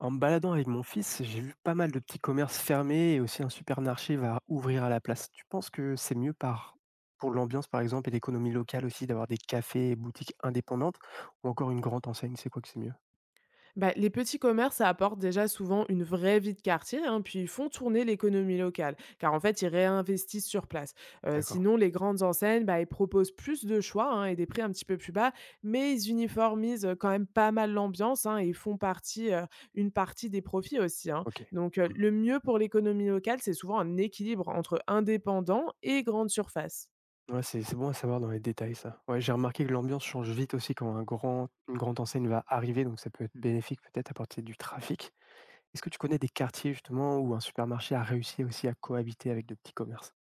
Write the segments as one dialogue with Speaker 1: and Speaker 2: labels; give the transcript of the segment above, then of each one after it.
Speaker 1: En me baladant avec mon fils, j'ai vu pas mal de petits commerces fermés et aussi un supermarché va ouvrir à la place. Tu penses que c'est mieux par pour l'ambiance par exemple et l'économie locale aussi d'avoir des cafés et boutiques indépendantes ou encore une grande enseigne, c'est quoi que c'est mieux?
Speaker 2: Bah, les petits commerces, ça apporte déjà souvent une vraie vie de quartier, hein, puis ils font tourner l'économie locale, car en fait, ils réinvestissent sur place. Euh,
Speaker 1: D'accord.
Speaker 2: sinon, les grandes enseignes, bah, ils proposent plus de choix hein, et des prix un petit peu plus bas, mais ils uniformisent quand même pas mal l'ambiance hein, et ils font partie, une partie des profits aussi, hein.
Speaker 1: OK.
Speaker 2: Donc,
Speaker 1: Mmh.
Speaker 2: le mieux pour l'économie locale, c'est souvent un équilibre entre indépendants et grandes surfaces.
Speaker 1: Ouais, c'est bon à savoir dans les détails ça. Ouais, j'ai remarqué que l'ambiance change vite aussi quand un grand une grande enseigne va arriver, donc ça peut être bénéfique peut-être à partir du trafic. Est-ce que tu connais des quartiers justement où un supermarché a réussi aussi à cohabiter avec de petits commerces?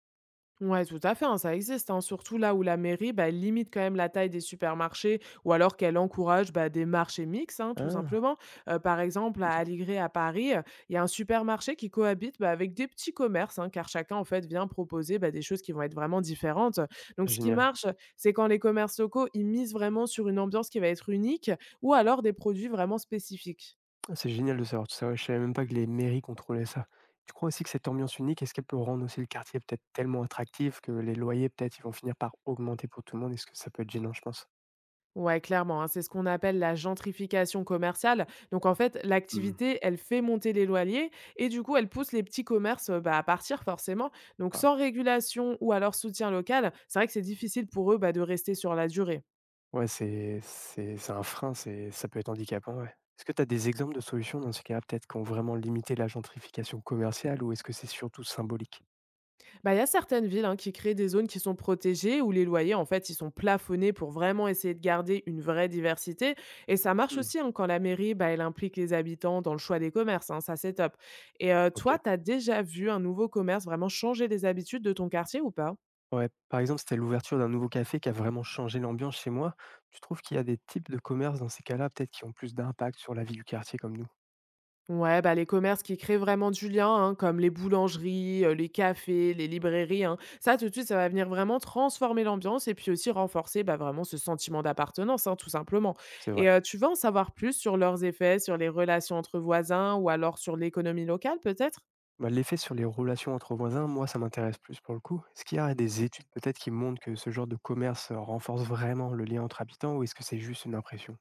Speaker 2: Ouais, tout à fait, hein, ça existe, hein, surtout là où la mairie, bah, elle limite quand même la taille des supermarchés ou alors qu'elle encourage bah, des marchés mixtes, hein, tout
Speaker 1: Ah,
Speaker 2: simplement. Par exemple, à
Speaker 1: OK,
Speaker 2: Aligré, à Paris, il y a un supermarché qui cohabite bah, avec des petits commerces, hein, car chacun, en fait, vient proposer bah, des choses qui vont être vraiment différentes. Donc, ce qui
Speaker 1: génial.
Speaker 2: marche, c'est quand les commerces locaux, ils misent vraiment sur une ambiance qui va être unique ou alors des produits vraiment spécifiques.
Speaker 1: Ah, c'est génial de savoir tout ça. Ouais, je savais même pas que les mairies contrôlaient ça. Tu crois aussi que cette ambiance unique, est-ce qu'elle peut rendre aussi le quartier peut-être tellement attractif que les loyers peut-être ils vont finir par augmenter pour tout le monde? Est-ce que ça peut être gênant, je pense?
Speaker 2: Ouais, clairement, hein, c'est ce qu'on appelle la gentrification commerciale. Donc en fait,
Speaker 1: Hmm.
Speaker 2: l'activité, elle fait monter les loyers et du coup, elle pousse les petits commerces bah, à partir forcément. Donc
Speaker 1: Ouais.
Speaker 2: sans régulation ou alors soutien local, c'est vrai que c'est difficile pour eux bah, de rester sur la durée.
Speaker 1: Ouais, c'est un frein, c'est ça peut être handicapant. Ouais. Est-ce que tu as des exemples de solutions dans ce cas peut-être qui ont vraiment limité la gentrification commerciale, ou est-ce que c'est surtout symbolique?
Speaker 2: Bah, il y a certaines villes hein, qui créent des zones qui sont protégées où les loyers, en fait, ils sont plafonnés pour vraiment essayer de garder une vraie diversité. Et ça marche
Speaker 1: Hmm.
Speaker 2: aussi hein, quand la mairie, bah, elle implique les habitants dans le choix des commerces, hein, ça, c'est top. Et
Speaker 1: Ok.
Speaker 2: toi, tu as déjà vu un nouveau commerce vraiment changer les habitudes de ton quartier ou pas?
Speaker 1: Ouais, par exemple, c'était l'ouverture d'un nouveau café qui a vraiment changé l'ambiance chez moi. Tu trouves qu'il y a des types de commerces dans ces cas-là peut-être qui ont plus d'impact sur la vie du quartier comme nous?
Speaker 2: Ouais, bah, les commerces qui créent vraiment du lien, hein, comme les boulangeries, les cafés, les librairies, hein, ça tout de suite, ça va venir vraiment transformer l'ambiance et puis aussi renforcer bah, vraiment ce sentiment d'appartenance, hein, tout simplement.
Speaker 1: C'est vrai.
Speaker 2: Et tu veux en savoir plus sur leurs effets, sur les relations entre voisins ou alors sur l'économie locale peut-être?
Speaker 1: Bah, l'effet sur les relations entre voisins, moi, ça m'intéresse plus pour le coup. Est-ce qu'il y a des études peut-être qui montrent que ce genre de commerce renforce vraiment le lien entre habitants, ou est-ce que c'est juste une impression?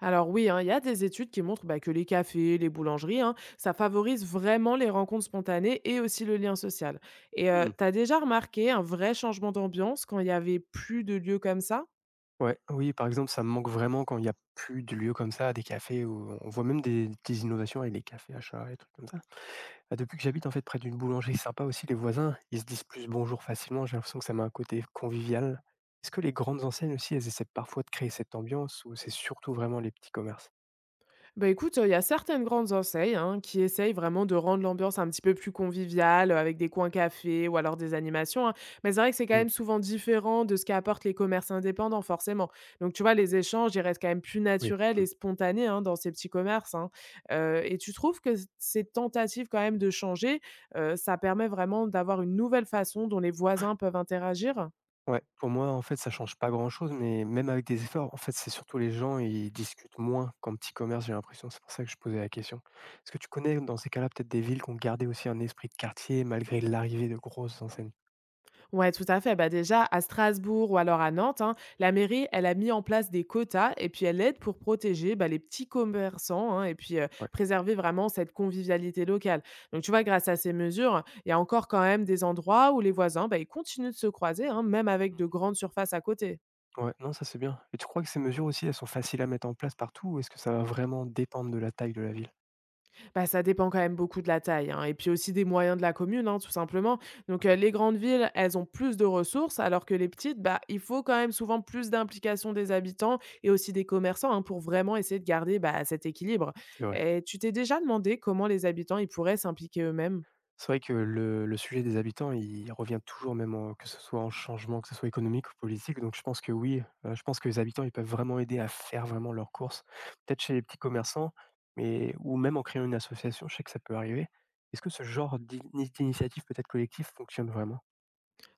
Speaker 2: Alors oui, hein, il y a des études qui montrent bah, que les cafés, les boulangeries, hein, ça favorise vraiment les rencontres spontanées et aussi le lien social. Et
Speaker 1: Hmm.
Speaker 2: tu as déjà remarqué un vrai changement d'ambiance quand il y avait plus de lieux comme ça?
Speaker 1: Ouais, oui, par exemple, ça me manque vraiment quand il n'y a plus de lieux comme ça, des cafés, où on voit même des petites innovations avec les cafés à chat et trucs comme ça. Bah, depuis que j'habite en fait près d'une boulangerie sympa aussi, les voisins, ils se disent plus bonjour facilement, j'ai l'impression que ça met un côté convivial. Est-ce que les grandes enseignes aussi, elles essaient parfois de créer cette ambiance, ou c'est surtout vraiment les petits commerces?
Speaker 2: Bah, écoute, il y a certaines grandes enseignes, hein, qui essayent vraiment de rendre l'ambiance un petit peu plus conviviale, avec des coins cafés ou alors des animations, hein. Mais c'est vrai que c'est quand
Speaker 1: Hmm.
Speaker 2: même souvent différent de ce qu'apportent les commerces indépendants, forcément. Donc tu vois, les échanges, ils restent quand même plus
Speaker 1: Oui.
Speaker 2: naturels et spontanés, hein, dans ces petits commerces, hein. Et tu trouves que c ces tentatives quand même de changer, ça permet vraiment d'avoir une nouvelle façon dont les voisins peuvent interagir?
Speaker 1: Ouais, pour moi, en fait, ça change pas grand-chose, mais même avec des efforts, en fait, c'est surtout les gens, ils discutent moins qu'en petit commerce, j'ai l'impression. C'est pour ça que je posais la question. Est-ce que tu connais, dans ces cas-là, peut-être des villes qui ont gardé aussi un esprit de quartier malgré l'arrivée de grosses enseignes?
Speaker 2: Ouais, tout à fait. Bah déjà, à Strasbourg ou alors à Nantes, hein, la mairie, elle a mis en place des quotas et puis elle aide pour protéger bah, les petits commerçants hein, et puis
Speaker 1: Ouais.
Speaker 2: préserver vraiment cette convivialité locale. Donc, tu vois, grâce à ces mesures, il y a encore quand même des endroits où les voisins, bah, ils continuent de se croiser, hein, même avec de grandes surfaces à côté.
Speaker 1: Ouais, non, ça c'est bien. Et tu crois que ces mesures aussi, elles sont faciles à mettre en place partout, ou est-ce que ça va vraiment dépendre de la taille de la ville?
Speaker 2: Bah, ça dépend quand même beaucoup de la taille, hein, et puis aussi des moyens de la commune, hein, tout simplement.
Speaker 1: Ok,
Speaker 2: Donc, les grandes villes, elles ont plus de ressources, alors que les petites, bah, il faut quand même souvent plus d'implication des habitants et aussi des commerçants hein, pour vraiment essayer de garder bah, cet équilibre.
Speaker 1: c'est vrai.
Speaker 2: Et tu t'es déjà demandé comment les habitants ils pourraient s'impliquer eux-mêmes?
Speaker 1: C'est vrai que le sujet des habitants, il revient toujours, même en que ce soit en changement, que ce soit économique ou politique. Donc je pense que oui, je pense que les habitants, ils peuvent vraiment aider à faire vraiment leurs courses. Peut-être chez les petits commerçants, mais ou même en créant une association, je sais que ça peut arriver. Est-ce que ce genre d'initiative peut-être collective fonctionne vraiment?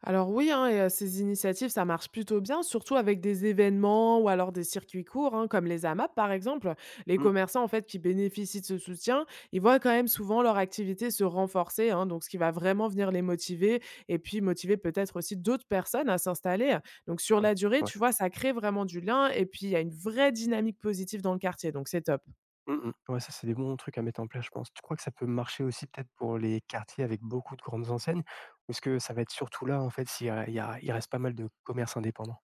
Speaker 2: Alors oui, hein, et, ces initiatives, ça marche plutôt bien, surtout avec des événements ou alors des circuits courts, hein, comme les AMAP par exemple. Les
Speaker 1: Mmh.
Speaker 2: commerçants en fait qui bénéficient de ce soutien, ils voient quand même souvent leur activité se renforcer, hein, donc ce qui va vraiment venir les motiver et puis motiver peut-être aussi d'autres personnes à s'installer. Donc sur
Speaker 1: Cool.
Speaker 2: la durée,
Speaker 1: Ouais.
Speaker 2: tu vois, ça crée vraiment du lien et puis il y a une vraie dynamique positive dans le quartier, donc c'est top.
Speaker 1: Mmh mh. Ouais, ça, c'est des bons trucs à mettre en place, je pense. Tu crois que ça peut marcher aussi peut-être pour les quartiers avec beaucoup de grandes enseignes? Ou est-ce que ça va être surtout là, en fait, s'il y a il reste pas mal de commerces indépendants?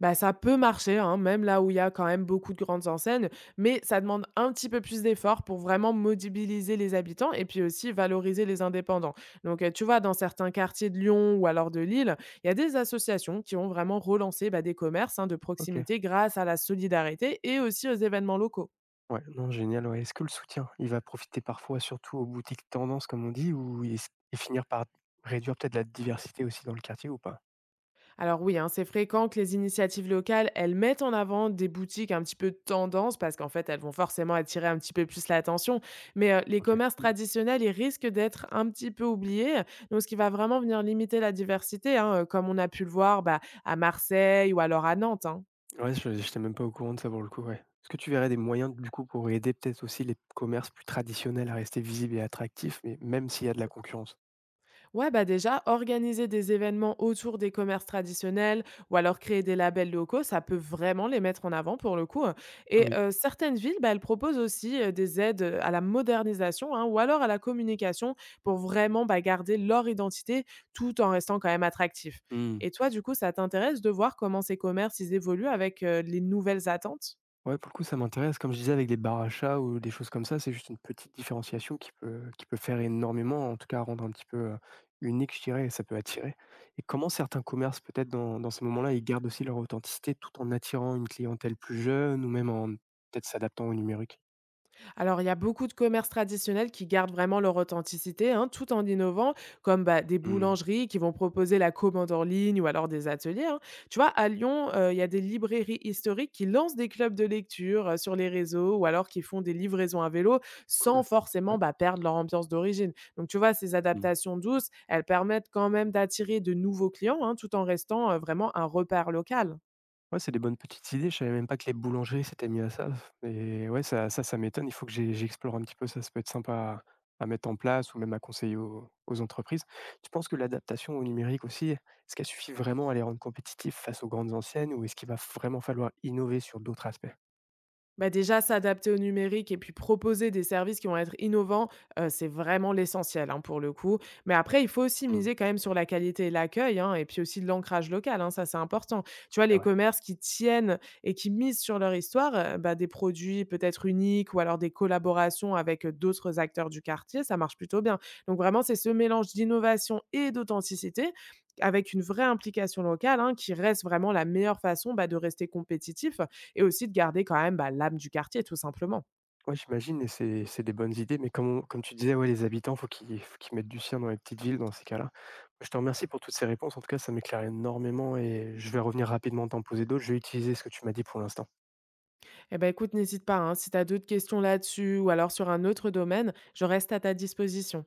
Speaker 2: Bah, ça peut marcher, hein, même là où il y a quand même beaucoup de grandes enseignes, mais ça demande un petit peu plus d'efforts pour vraiment mobiliser les habitants et puis aussi valoriser les indépendants. Donc, tu vois, dans certains quartiers de Lyon ou alors de Lille, il y a des associations qui ont vraiment relancé bah, des commerces hein, de
Speaker 1: OK.
Speaker 2: proximité grâce à la solidarité et aussi aux événements locaux.
Speaker 1: Ouais, non, génial, ouais. Est-ce que le soutien, il va profiter parfois surtout aux boutiques tendances comme on dit, ou et s et finir par réduire peut-être la diversité aussi dans le quartier ou pas?
Speaker 2: Alors oui, hein, c'est fréquent que les initiatives locales, elles mettent en avant des boutiques un petit peu tendance parce qu'en fait, elles vont forcément attirer un petit peu plus l'attention. Mais les
Speaker 1: OK.
Speaker 2: commerces
Speaker 1: Mmh.
Speaker 2: traditionnels, ils risquent d'être un petit peu oubliés. Donc, ce qui va vraiment venir limiter la diversité, hein, comme on a pu le voir bah, à Marseille ou alors à Nantes, hein.
Speaker 1: Ouais, je n'étais même pas au courant de ça pour le coup, ouais. Est-ce que tu verrais des moyens du coup pour aider peut-être aussi les commerces plus traditionnels à rester visibles et attractifs, mais même s'il y a de la concurrence?
Speaker 2: Ouais, bah déjà, organiser des événements autour des commerces traditionnels ou alors créer des labels locaux, ça peut vraiment les mettre en avant pour le coup, hein.
Speaker 1: Ah
Speaker 2: Et
Speaker 1: oui.
Speaker 2: certaines villes, bah, elles proposent aussi des aides à la modernisation hein, ou alors à la communication pour vraiment bah, garder leur identité tout en restant quand même attractif.
Speaker 1: Mmh.
Speaker 2: Et toi, du coup, ça t'intéresse de voir comment ces commerces, ils évoluent avec les nouvelles attentes?
Speaker 1: Ouais, pour le coup, ça m'intéresse. Comme je disais, avec des bars à chat ou des choses comme ça, c'est juste une petite différenciation qui peut faire énormément, en tout cas rendre un petit peu unique, je dirais, et ça peut attirer. Et comment certains commerces, peut-être dans ces moments-là, ils gardent aussi leur authenticité tout en attirant une clientèle plus jeune, ou même en peut-être s'adaptant au numérique.
Speaker 2: Alors, il y a beaucoup de commerces traditionnels qui gardent vraiment leur authenticité, hein, tout en innovant, comme bah, des
Speaker 1: Hmm.
Speaker 2: boulangeries qui vont proposer la commande en ligne ou alors des ateliers, hein. Tu vois, à Lyon, il y a des librairies historiques qui lancent des clubs de lecture sur les réseaux ou alors qui font des livraisons à vélo
Speaker 1: Cool.
Speaker 2: sans forcément bah, perdre leur ambiance d'origine. Donc, tu vois, ces
Speaker 1: Ouais.
Speaker 2: adaptations douces, elles permettent quand même d'attirer de nouveaux clients hein, tout en restant vraiment un repère local.
Speaker 1: Ouais, c'est des bonnes petites idées. Je savais même pas que les boulangers s'étaient mis à ça f et ouais, ça m'étonne. Il faut que j'explore un petit peu ça. Ça peut être sympa à mettre en place ou même à conseiller aux entreprises. Tu penses que l'adaptation au numérique aussi, est-ce qu'elle suffit vraiment à les rendre compétitifs face aux grandes anciennes, ou est-ce qu'il va vraiment falloir innover sur d'autres aspects?
Speaker 2: Bah, déjà s'adapter au numérique et puis proposer des services qui vont être innovants, c'est vraiment l'essentiel, hein, pour le coup. Mais après, il faut aussi
Speaker 1: Mmh.
Speaker 2: miser quand même sur la qualité et l'accueil, hein, et puis aussi de l'ancrage local, hein, ça c'est important. Tu vois,
Speaker 1: C'est
Speaker 2: les
Speaker 1: vrai.
Speaker 2: commerces qui tiennent et qui misent sur leur histoire, bah, des produits peut-être uniques ou alors des collaborations avec, d'autres acteurs du quartier, ça marche plutôt bien. Donc vraiment, c'est ce mélange d'innovation et d'authenticité, avec une vraie implication locale, hein, qui reste vraiment la meilleure façon, bah, de rester compétitif et aussi de garder quand même, bah, l'âme du quartier, tout simplement.
Speaker 1: Ouais, j'imagine, et c'est des bonnes idées, mais comme tu disais, ouais, les habitants, faut qu'ils mettent du sien dans les petites villes dans ces cas-là. Je te remercie pour toutes ces réponses. En tout cas, ça m'éclaire énormément et je vais revenir rapidement t'en poser d'autres. Je vais utiliser ce que tu m'as dit pour l'instant.
Speaker 2: Eh ben, écoute, n'hésite pas, hein, si tu as d'autres questions là-dessus ou alors sur un autre domaine, je reste à ta disposition.